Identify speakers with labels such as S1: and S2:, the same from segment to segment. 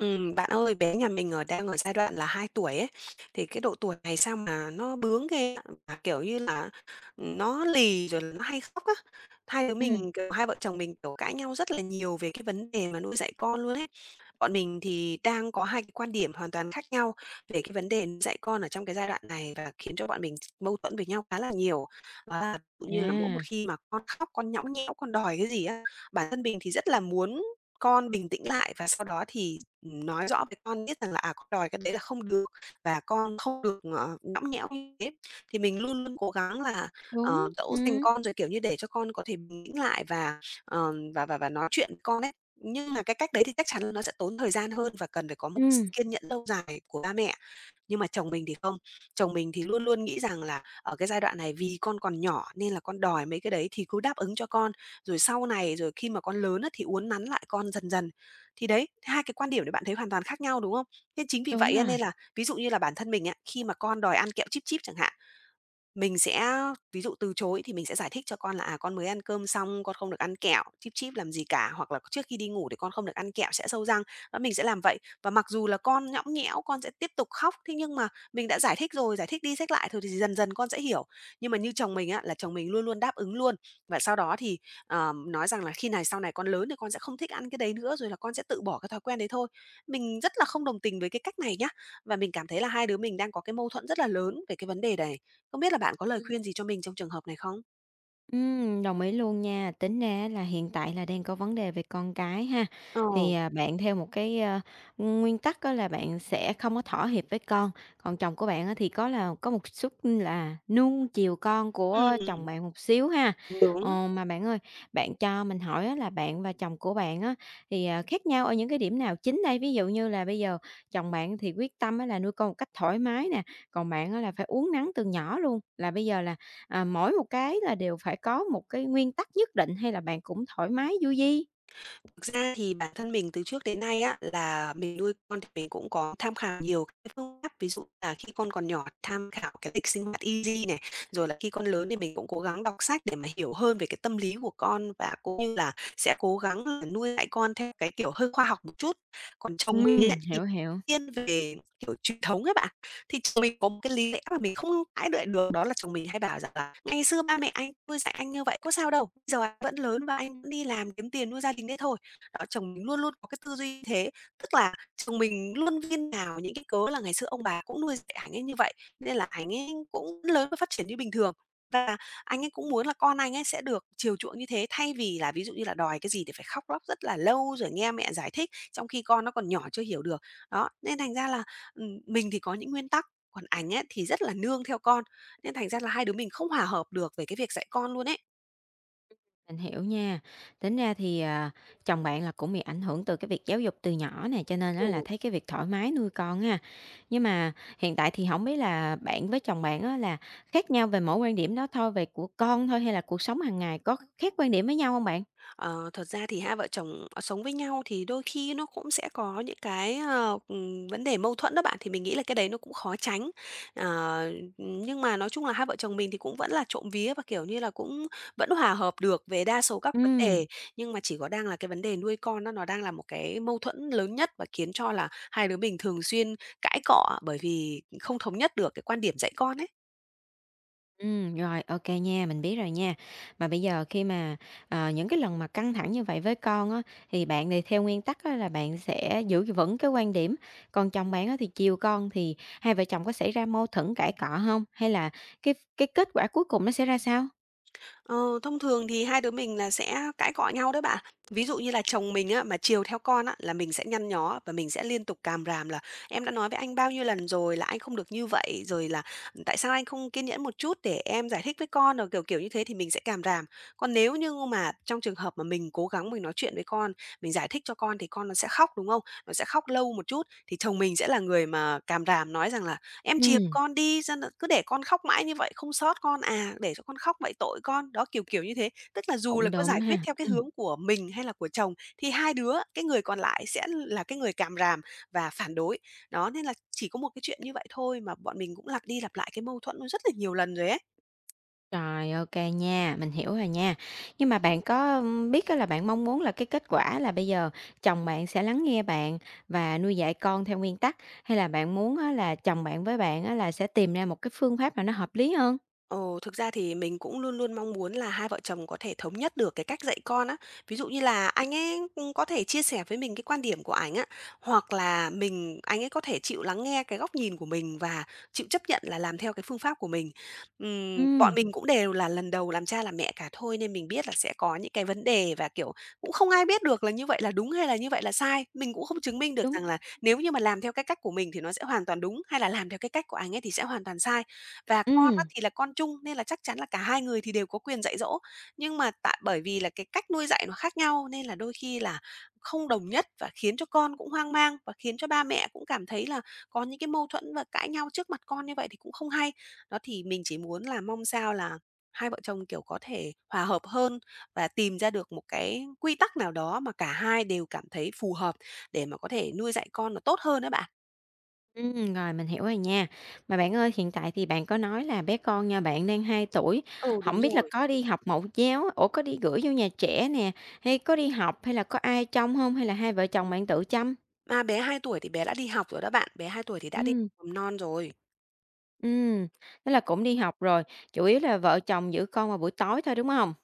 S1: Bạn ơi, bé nhà mình đang ở giai đoạn là 2 tuổi ấy, thì cái độ tuổi này sao mà nó bướng ghê ạ, mà, kiểu như là, nó lì rồi là nó hay khóc á. Hai đứa
S2: Ừm,
S1: mình, kiểu, hai vợ chồng mình, kiểu, cãi nhau rất là nhiều về cái vấn đề mà nuôi dạy con luôn ấy. Bọn mình thì đang có hai cái quan điểm hoàn toàn khác nhau về cái vấn đề nuôi dạy con ở trong cái giai đoạn này và khiến cho bọn mình mâu thuẫn với nhau khá là nhiều. Đó là ví dụ như là mỗi một
S2: à,
S1: khi mà con khóc, con nhõng nhẽo, con đòi cái gì á, bản thân mình thì rất là muốn con bình tĩnh lại và sau đó thì nói rõ với con biết rằng là, à, con đòi cái đấy là không được và con không được, nhõng nhẽo như thế. Thì mình luôn luôn cố gắng là,
S2: đúng,
S1: dỗ dành
S2: ừm,
S1: con rồi, kiểu như, để cho con có thể bình tĩnh lại và, ờ, và nói chuyện với con ấy. Nhưng mà cái cách đấy thì chắc chắn là nó sẽ tốn thời gian hơn và cần phải có một sự
S2: ừm,
S1: kiên nhẫn lâu dài của ba mẹ. Nhưng mà chồng mình thì không, chồng mình thì luôn luôn nghĩ rằng là ở cái giai đoạn này vì con còn nhỏ nên là con đòi mấy cái đấy thì cứ đáp ứng cho con, rồi sau này, rồi khi mà con lớn á thì uốn nắn lại con dần dần. Thì đấy, hai cái quan điểm để bạn thấy hoàn toàn khác nhau, đúng không? Nên chính vì
S2: đúng
S1: vậy á
S2: rồi.
S1: nên là ví dụ như là bản thân mình á, khi mà con đòi ăn kẹo Chip Chip chẳng hạn mình sẽ ví dụ từ chối thì mình sẽ giải thích cho con là, à, "Con mới ăn cơm xong, con không được ăn kẹo, chip chip làm gì cả, hoặc là trước khi đi ngủ thì con không được ăn kẹo, sẽ sâu răng." Đó, mình sẽ làm vậy. Và mặc dù là con nhõng nhẽo, con sẽ tiếp tục khóc, thế nhưng mà mình đã giải thích rồi, giải thích đi sách lại thôi thì dần dần con sẽ hiểu. Nhưng mà như chồng mình á, là chồng mình luôn luôn đáp ứng luôn, và sau đó thì, nói rằng là "Khi này sau này con lớn thì con sẽ không thích ăn cái đấy nữa, rồi là con sẽ tự bỏ cái thói quen đấy thôi." Mình rất là không đồng tình với cái cách này nhá. Và mình cảm thấy là hai đứa mình đang có cái mâu thuẫn rất là lớn về cái vấn đề này. Không biết là bạn có lời khuyên gì cho mình trong trường hợp này không?
S2: Đồng ý luôn nha. Tính ra là hiện tại là đang có vấn đề về con cái ha.
S1: Ờ,
S2: Bạn theo một cái, nguyên tắc đó là bạn sẽ không có thỏa hiệp với con, còn chồng của bạn á thì có là có một chút là nuông chiều con của
S1: ừm,
S2: chồng bạn một xíu ha.
S1: đúng.
S2: Mà bạn ơi, bạn cho mình hỏi á là bạn và chồng của bạn á khác nhau ở những cái điểm nào chính đây? Ví dụ như là bây giờ chồng bạn thì quyết tâm á là nuôi con một cách thoải mái nè, còn bạn á là phải uốn nắn từ nhỏ luôn, là bây giờ là À, mỗi một cái là đều phải có một cái nguyên tắc nhất định hay là bạn cũng thoải mái du di?
S1: Thực ra thì bản thân mình từ trước đến nay á, là mình nuôi con thì mình cũng có tham khảo nhiều cái phương pháp, ví dụ là khi con còn nhỏ tham khảo cái lịch sinh hoạt easy này, rồi là khi con lớn thì mình cũng cố gắng đọc sách để mà hiểu hơn về cái tâm lý của con và cũng như là sẽ cố gắng là nuôi dạy con theo cái kiểu hơi khoa học một chút. Còn chồng mình ấy thì
S2: Hiểu.
S1: thiên về, kiểu, truyền thống ấy bạn, thì chồng mình có một cái lý lẽ mà mình không cãi lại được, đó là chồng mình hay bảo rằng là "Ngày xưa ba mẹ anh nuôi dạy anh như vậy có sao đâu, bây giờ anh vẫn lớn và anh vẫn đi làm kiếm tiền nuôi gia đình đấy thôi." Đó, chồng mình luôn luôn có cái tư duy như thế, tức là chồng mình luôn viên vào những cái cớ là ngày xưa ông bà cũng nuôi dạy ảnh ấy như vậy, nên là ảnh ấy cũng lớn và phát triển như bình thường. Và anh ấy cũng muốn là con anh ấy sẽ được chiều chuộng như thế, thay vì là ví dụ như là đòi cái gì thì phải khóc lóc rất là lâu rồi nghe mẹ giải thích, trong khi con nó còn nhỏ chưa hiểu được. Đó, nên thành ra là, mình thì có những nguyên tắc, còn ảnh ấy thì rất là nương theo con, nên thành ra là hai đứa mình không hòa hợp được về cái việc dạy con luôn ấy.
S2: Mình hiểu nha. Tính ra thì, chồng bạn là cũng bị ảnh hưởng từ cái việc giáo dục từ nhỏ nè, cho nên á là
S1: Ừ.
S2: thấy cái việc thoải mái nuôi con ha. Nhưng mà hiện tại thì không biết là bạn với chồng bạn á là khác nhau về mỗi quan điểm đó thôi, về của con thôi hay là cuộc sống hàng ngày có khác quan điểm với nhau không bạn?
S1: Ờ, thật ra thì hai vợ chồng, sống với nhau thì đôi khi nó cũng sẽ có những cái, vấn đề mâu thuẫn đó bạn, thì mình nghĩ là cái đấy nó cũng khó tránh. Ờ, nhưng mà nói chung là hai vợ chồng mình thì cũng vẫn là trộm vía và, kiểu như là, cũng vẫn hòa hợp được về đa số các vấn đề,
S2: Ừm.
S1: nhưng mà chỉ có đang là cái vấn đề nuôi con đó, nó đang là một cái mâu thuẫn lớn nhất và khiến cho là hai đứa mình thường xuyên cãi cọ bởi vì không thống nhất được cái quan điểm dạy con ấy.
S2: Rồi, ok nha, mình biết rồi nha. Mà bây giờ khi mà những cái lần mà căng thẳng như vậy với con á, thì bạn thì theo nguyên tắc á là bạn sẽ giữ vững cái quan điểm, còn chồng bạn á thì chiều con, thì hai vợ chồng có xảy ra mâu thuẫn cãi cọ không? Hay là cái kết quả cuối cùng nó sẽ ra sao?
S1: Ờ, thông thường thì hai đứa mình là sẽ cãi cọ nhau đấy bạn. Ví dụ như là chồng mình á, mà chiều theo con á, là mình sẽ nhăn nhó và mình sẽ liên tục càm ràm là em đã nói với anh bao nhiêu lần rồi là anh không được như vậy, rồi là tại sao anh không kiên nhẫn một chút để em giải thích với con, rồi kiểu kiểu như thế thì mình sẽ càm ràm. Còn nếu như mà trong trường hợp mà mình cố gắng mình nói chuyện với con, mình giải thích cho con thì con nó sẽ khóc đúng không? Nó sẽ khóc lâu một chút thì chồng mình sẽ là người mà càm ràm nói rằng là "Em chiều
S2: Ừm,
S1: con đi, ra là cứ để con khóc mãi như vậy, không xót con à, để cho con khóc vậy tội con." Đó, kiểu, kiểu như thế. Tức là dù là
S2: cũng
S1: có giải
S2: đúng
S1: quyết
S2: ha,
S1: theo cái
S2: ừm.
S1: hướng của mình hay là của chồng thì hai đứa, cái người còn lại sẽ là cái người càm ràm và phản đối. Đó, nên là chỉ có một cái chuyện như vậy thôi mà bọn mình cũng lặp đi lặp lại cái mâu thuẫn nó rất là nhiều lần rồi ấy.
S2: Rồi, ok nha, mình hiểu rồi nha. Nhưng mà bạn có, biết á là bạn mong muốn là cái kết quả là bây giờ chồng bạn sẽ lắng nghe bạn và nuôi dạy con theo nguyên tắc, hay là bạn muốn á là chồng bạn với bạn á là sẽ tìm ra một cái phương pháp nào nó hợp lý hơn?
S1: Ồ, thực ra thì mình cũng luôn luôn mong muốn là hai vợ chồng có thể thống nhất được cái cách dạy con á. Ví dụ như là anh ấy cũng có thể chia sẻ với mình cái quan điểm của anh á, hoặc là mình anh ấy có thể chịu lắng nghe cái góc nhìn của mình và chịu chấp nhận là làm theo cái phương pháp của mình. Bọn
S2: Ừm,
S1: mình cũng đều là lần đầu làm cha làm mẹ cả thôi nên mình biết là sẽ có những cái vấn đề và, kiểu, cũng không ai biết được là như vậy là đúng hay là như vậy là sai. Mình cũng không chứng minh được
S2: đúng.
S1: rằng là nếu như mà làm theo cái cách của mình thì nó sẽ hoàn toàn đúng, hay là làm theo cái cách của anh ấy thì sẽ hoàn toàn sai. Và con á
S2: Ừm,
S1: thì là con chung nên là chắc chắn là cả hai người thì đều có quyền dạy dỗ, nhưng mà tại bởi vì là cái cách nuôi dạy nó khác nhau nên là đôi khi là không đồng nhất và khiến cho con cũng hoang mang và khiến cho ba mẹ cũng cảm thấy là có những cái mâu thuẫn và cãi nhau trước mặt con như vậy thì cũng không hay. Đó, thì mình chỉ muốn là mong sao là hai vợ chồng, kiểu, có thể hòa hợp hơn và tìm ra được một cái quy tắc nào đó mà cả hai đều cảm thấy phù hợp để mà có thể nuôi dạy con nó tốt hơn á bạn.
S2: ừm, rồi mình hiểu rồi nha. Mà bạn ơi, hiện tại thì bạn có nói là bé con nhà bạn đang 2 tuổi,
S1: Ừ, đúng
S2: không biết là
S1: rồi.
S2: có đi học mẫu giáo ủa, có đi gửi vô nhà trẻ nè, hay có đi học hay là có ai trông không hay là hai vợ chồng bạn tự chăm?
S1: À, bé 2 tuổi thì bé đã đi học rồi đó bạn, bé 2 tuổi thì đã đi
S2: Ừm.
S1: học mầm non rồi.
S2: Ừm, thế là cũng đi học rồi, chủ yếu là vợ chồng giữ con vào buổi tối thôi, đúng không?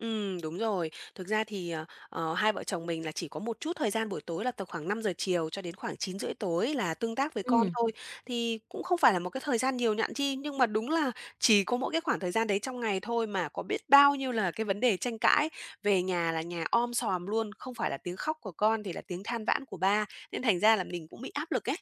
S1: Ừ, đúng rồi. Thực ra thì, hai vợ chồng mình là chỉ có một chút thời gian buổi tối là từ khoảng 5 giờ chiều cho đến khoảng 9 rưỡi tối là tương tác với con
S2: Ừ.
S1: thôi. Thì cũng không phải là một cái thời gian nhiều nhặn chi, nhưng mà đúng là chỉ có mỗi cái khoảng thời gian đấy trong ngày thôi mà có biết bao nhiêu là cái vấn đề tranh cãi. Về nhà là nhà om sòm luôn, không phải là tiếng khóc của con thì là tiếng than vãn của ba, nên thành ra là mình cũng bị áp lực ấy.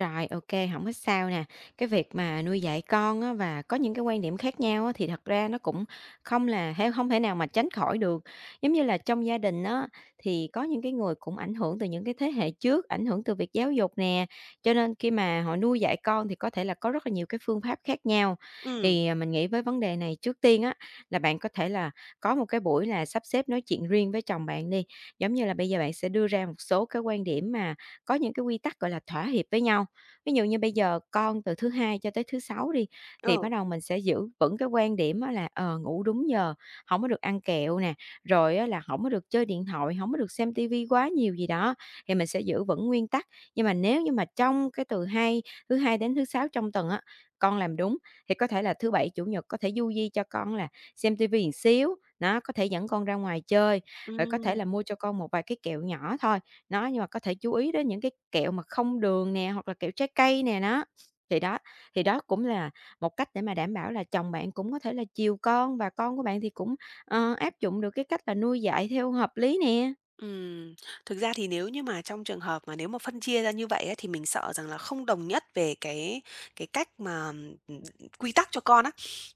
S2: Rồi, ok, không có sao nè. Cái việc mà nuôi dạy con á và có những cái quan điểm khác nhau á thì thật ra nó cũng không là hê hông thể nào mà tránh khỏi được. Giống như là trong gia đình á, thì có những cái người cũng ảnh hưởng từ những cái thế hệ trước, ảnh hưởng từ việc giáo dục nè, cho nên khi mà họ nuôi dạy con thì có thể là có rất là nhiều cái phương pháp khác nhau.
S1: Ừ.
S2: Thì mình nghĩ với vấn đề này trước tiên á, là bạn có thể là có một cái buổi là sắp xếp nói chuyện riêng với chồng bạn đi, giống như là bây giờ bạn sẽ đưa ra một số cái quan điểm mà có những cái quy tắc, gọi là, thỏa hiệp với nhau. Ví dụ như bây giờ con từ thứ Hai cho tới thứ Sáu đi, thì
S1: ờ,
S2: bắt đầu mình sẽ giữ vững cái quan điểm á là, ờ, ngủ đúng giờ, không có được ăn kẹo nè, rồi á là không có được chơi điện thoại, không có được xem tivi quá nhiều gì đó, thì mình sẽ giữ vững nguyên tắc. Nhưng mà nếu như mà trong cái từ thứ Hai đến thứ Sáu trong tuần á, con làm đúng, thì có thể là thứ Bảy, Chủ nhật có thể du di cho con là xem tivi vi xíu, nó có thể dẫn con ra ngoài chơi, rồi có thể
S1: ừm.
S2: là mua cho con một vài cái kẹo nhỏ thôi nó nhưng mà có thể chú ý đến những cái kẹo mà không đường nè, hoặc là kẹo trái cây nè, đó. Thì đó, thì đó cũng là một cách để mà đảm bảo là chồng bạn cũng có thể là chiều con và con của bạn thì cũng, áp dụng được cái cách là nuôi dạy theo hợp lý nè.
S1: Ừm, thực ra thì nếu như mà trong trường hợp mà nếu mà phân chia ra như vậy ấy, thì mình sợ rằng là không đồng nhất về cái cách mà, ừm, quy tắc cho con á,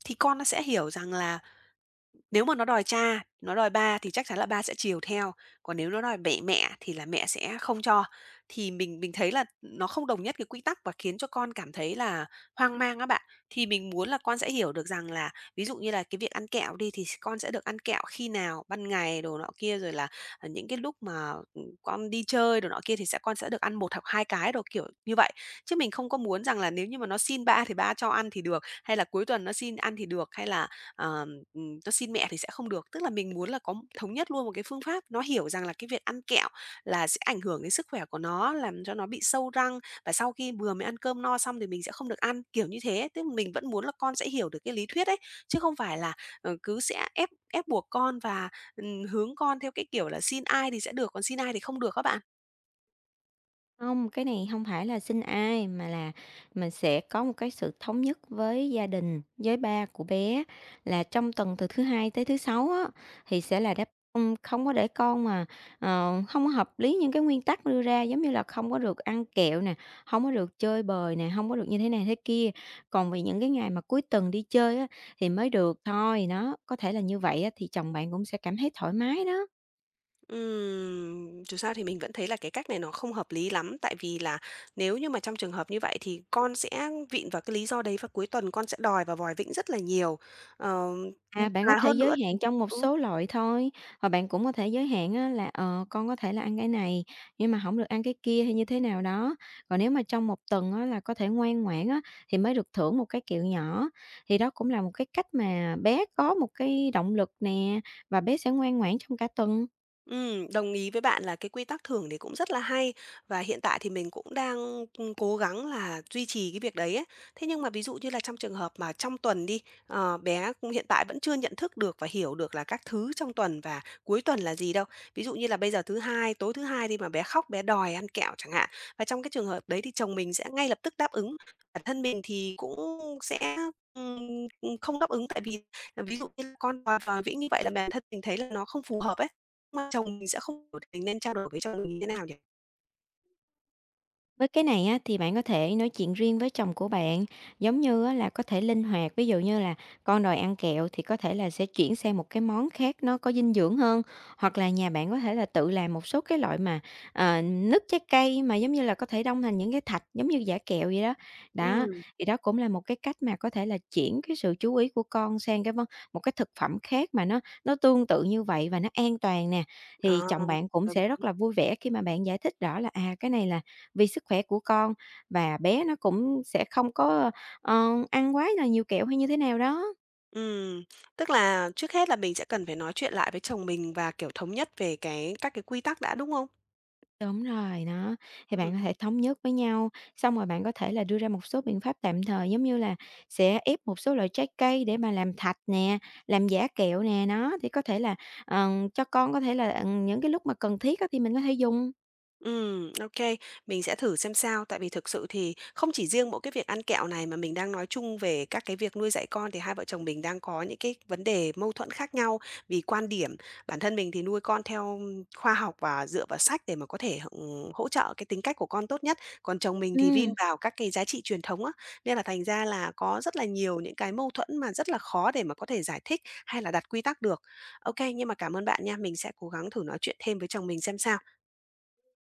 S1: thì con nó sẽ hiểu rằng là nếu mà nó đòi cha, nó đòi ba thì chắc chắn là ba sẽ chiều theo, còn nếu nó đòi mẹ mẹ thì là mẹ sẽ không cho. Thì mình thấy là nó không đồng nhất cái quy tắc và khiến cho con cảm thấy là hoang mang á bạn. Thì mình muốn là con sẽ hiểu được rằng là ví dụ như là cái việc ăn kẹo đi thì con sẽ được ăn kẹo khi nào, ban ngày đồ nọ kia, rồi là, những cái lúc mà, con đi chơi đồ nọ kia thì sẽ con sẽ được ăn một hoặc 2 cái đồ, kiểu như vậy. Chứ mình không có muốn rằng là nếu như mà nó xin ba thì ba cho ăn thì được, hay là cuối tuần nó xin ăn thì được, hay là, ờ, tôi xin mẹ thì sẽ không được. Tức là mình muốn là có thống nhất luôn một cái phương pháp, nó hiểu rằng là cái việc ăn kẹo là sẽ ảnh hưởng đến sức khỏe của nó, làm cho nó bị sâu răng và sau khi vừa mới ăn cơm no xong thì mình sẽ không được ăn, kiểu như thế. Tức là mình vẫn muốn là con sẽ hiểu được cái lý thuyết ấy, chứ không phải là, cứ sẽ ép ép buộc con và, hướng con theo cái kiểu là xin ai thì sẽ được, còn xin ai thì không được á bạn.
S2: Không cái này không phải là xin ai, mà là mình sẽ có một cái sự thống nhất với gia đình, với ba của bé là trong tuần từ thứ Hai tới thứ Sáu á, thì sẽ là đáp ưm, không có để con mà, ờ, hông có hợp lý những cái nguyên tắc đưa ra, giống như là không có được ăn kẹo nè, không có được chơi bời nè, không có được như thế này thế kia. Còn về những cái ngày mà cuối tuần đi chơi á, thì mới được thôi, nó có thể là như vậy á, thì chồng bạn cũng sẽ cảm thấy thoải mái đó.
S1: Dù sao thì mình vẫn thấy là cái cách này nó không hợp lý lắm, tại vì là nếu như mà trong trường hợp như vậy thì con sẽ vịn vào cái lý do đấy và cuối tuần con sẽ đòi và vòi vĩnh rất là nhiều. Ờ,
S2: À, bạn có
S1: và
S2: thể
S1: hơn nữa
S2: giới
S1: thì
S2: hạn trong một
S1: ừ.
S2: số loại thôi, hoặc bạn cũng có thể giới hạn á là, con có thể là ăn cái này, nhưng mà không được ăn cái kia hay như thế nào đó. Còn nếu mà trong một tuần á là có thể ngoan ngoãn á, thì mới được thưởng một cái kẹo nhỏ. Thì đó cũng là một cái cách mà bé có một cái động lực nè, và bé sẽ ngoan ngoãn trong cả tuần.
S1: Đồng ý với bạn là cái quy tắc thưởng đấy cũng rất là hay và hiện tại thì mình cũng đang cố gắng là duy trì cái việc đấy ấy. Thế nhưng mà ví dụ như là trong trường hợp mà trong tuần đi, bé cũng hiện tại vẫn chưa nhận thức được và hiểu được là các thứ trong tuần và cuối tuần là gì đâu. Ví dụ như là bây giờ thứ Hai, tối thứ Hai đi mà bé khóc, bé đòi ăn kẹo chẳng hạn, và trong cái trường hợp đấy thì chồng mình sẽ ngay lập tức đáp ứng. Bản thân mình thì cũng sẽ, ừm, không đáp ứng tại vì, ví dụ như là con đòi vòi vĩnh như vậy là bản thân mình thấy là nó không phù hợp ấy mà chồng mình sẽ không hiểu thì mình nên trao đổi với chồng mình như thế nào nhỉ?
S2: Với cái này á, thì bạn có thể nói chuyện riêng với chồng của bạn, giống như á, là có thể linh hoạt, ví dụ như là con đòi ăn kẹo thì có thể là sẽ chuyển sang một cái món khác nó có dinh dưỡng hơn, hoặc là nhà bạn có thể là tự làm một số cái loại mà, nước trái cây mà giống như là có thể đông thành những cái thạch giống như giả kẹo vậy đó. Đó,
S1: Ừm,
S2: thì đó cũng là một cái cách mà có thể là chuyển cái sự chú ý của con sang cái món một cái thực phẩm khác mà nó tương tự như vậy và nó an toàn nè, thì
S1: ờ,
S2: chồng bạn cũng
S1: đúng,
S2: sẽ rất là vui vẻ khi mà bạn giải thích rõ là, à, cái này là vì sức khỏe của con và bé nó cũng sẽ không có, ăn quá là nhiều kẹo hay như thế nào đó.
S1: ừm. Tức là trước hết là mình sẽ cần phải nói chuyện lại với chồng mình và, kiểu, thống nhất về các cái quy tắc đã, đúng không?
S2: Đúng rồi, đó, thì
S1: Ừm.
S2: bạn có thể thống nhất với nhau, xong rồi bạn có thể là đưa ra một số biện pháp tạm thời, giống như là sẽ ép một số loại trái cây để mà làm thạch nè, làm giả kẹo nè, nó, thì có thể là, cho con có thể là, những cái lúc mà cần thiết á thì mình có thể dùng.
S1: Ừ, OK, mình sẽ thử xem sao. Tại vì thực sự thì không chỉ riêng mỗi cái việc ăn kẹo này mà mình đang nói chung về các cái việc nuôi dạy con thì hai vợ chồng mình đang có những cái vấn đề mâu thuẫn khác nhau vì quan điểm. Bản thân mình thì nuôi con theo khoa học và dựa vào sách để mà có thể, hỗ trợ cái tính cách của con tốt nhất, còn chồng mình thì vin
S2: Ừm.
S1: vào các cái giá trị truyền thống á, nên là thành ra là có rất là nhiều những cái mâu thuẫn mà rất là khó để mà có thể giải thích hay là đặt quy tắc được. OK, nhưng mà cảm ơn bạn nha, mình sẽ cố gắng thử nói chuyện thêm với chồng mình xem sao.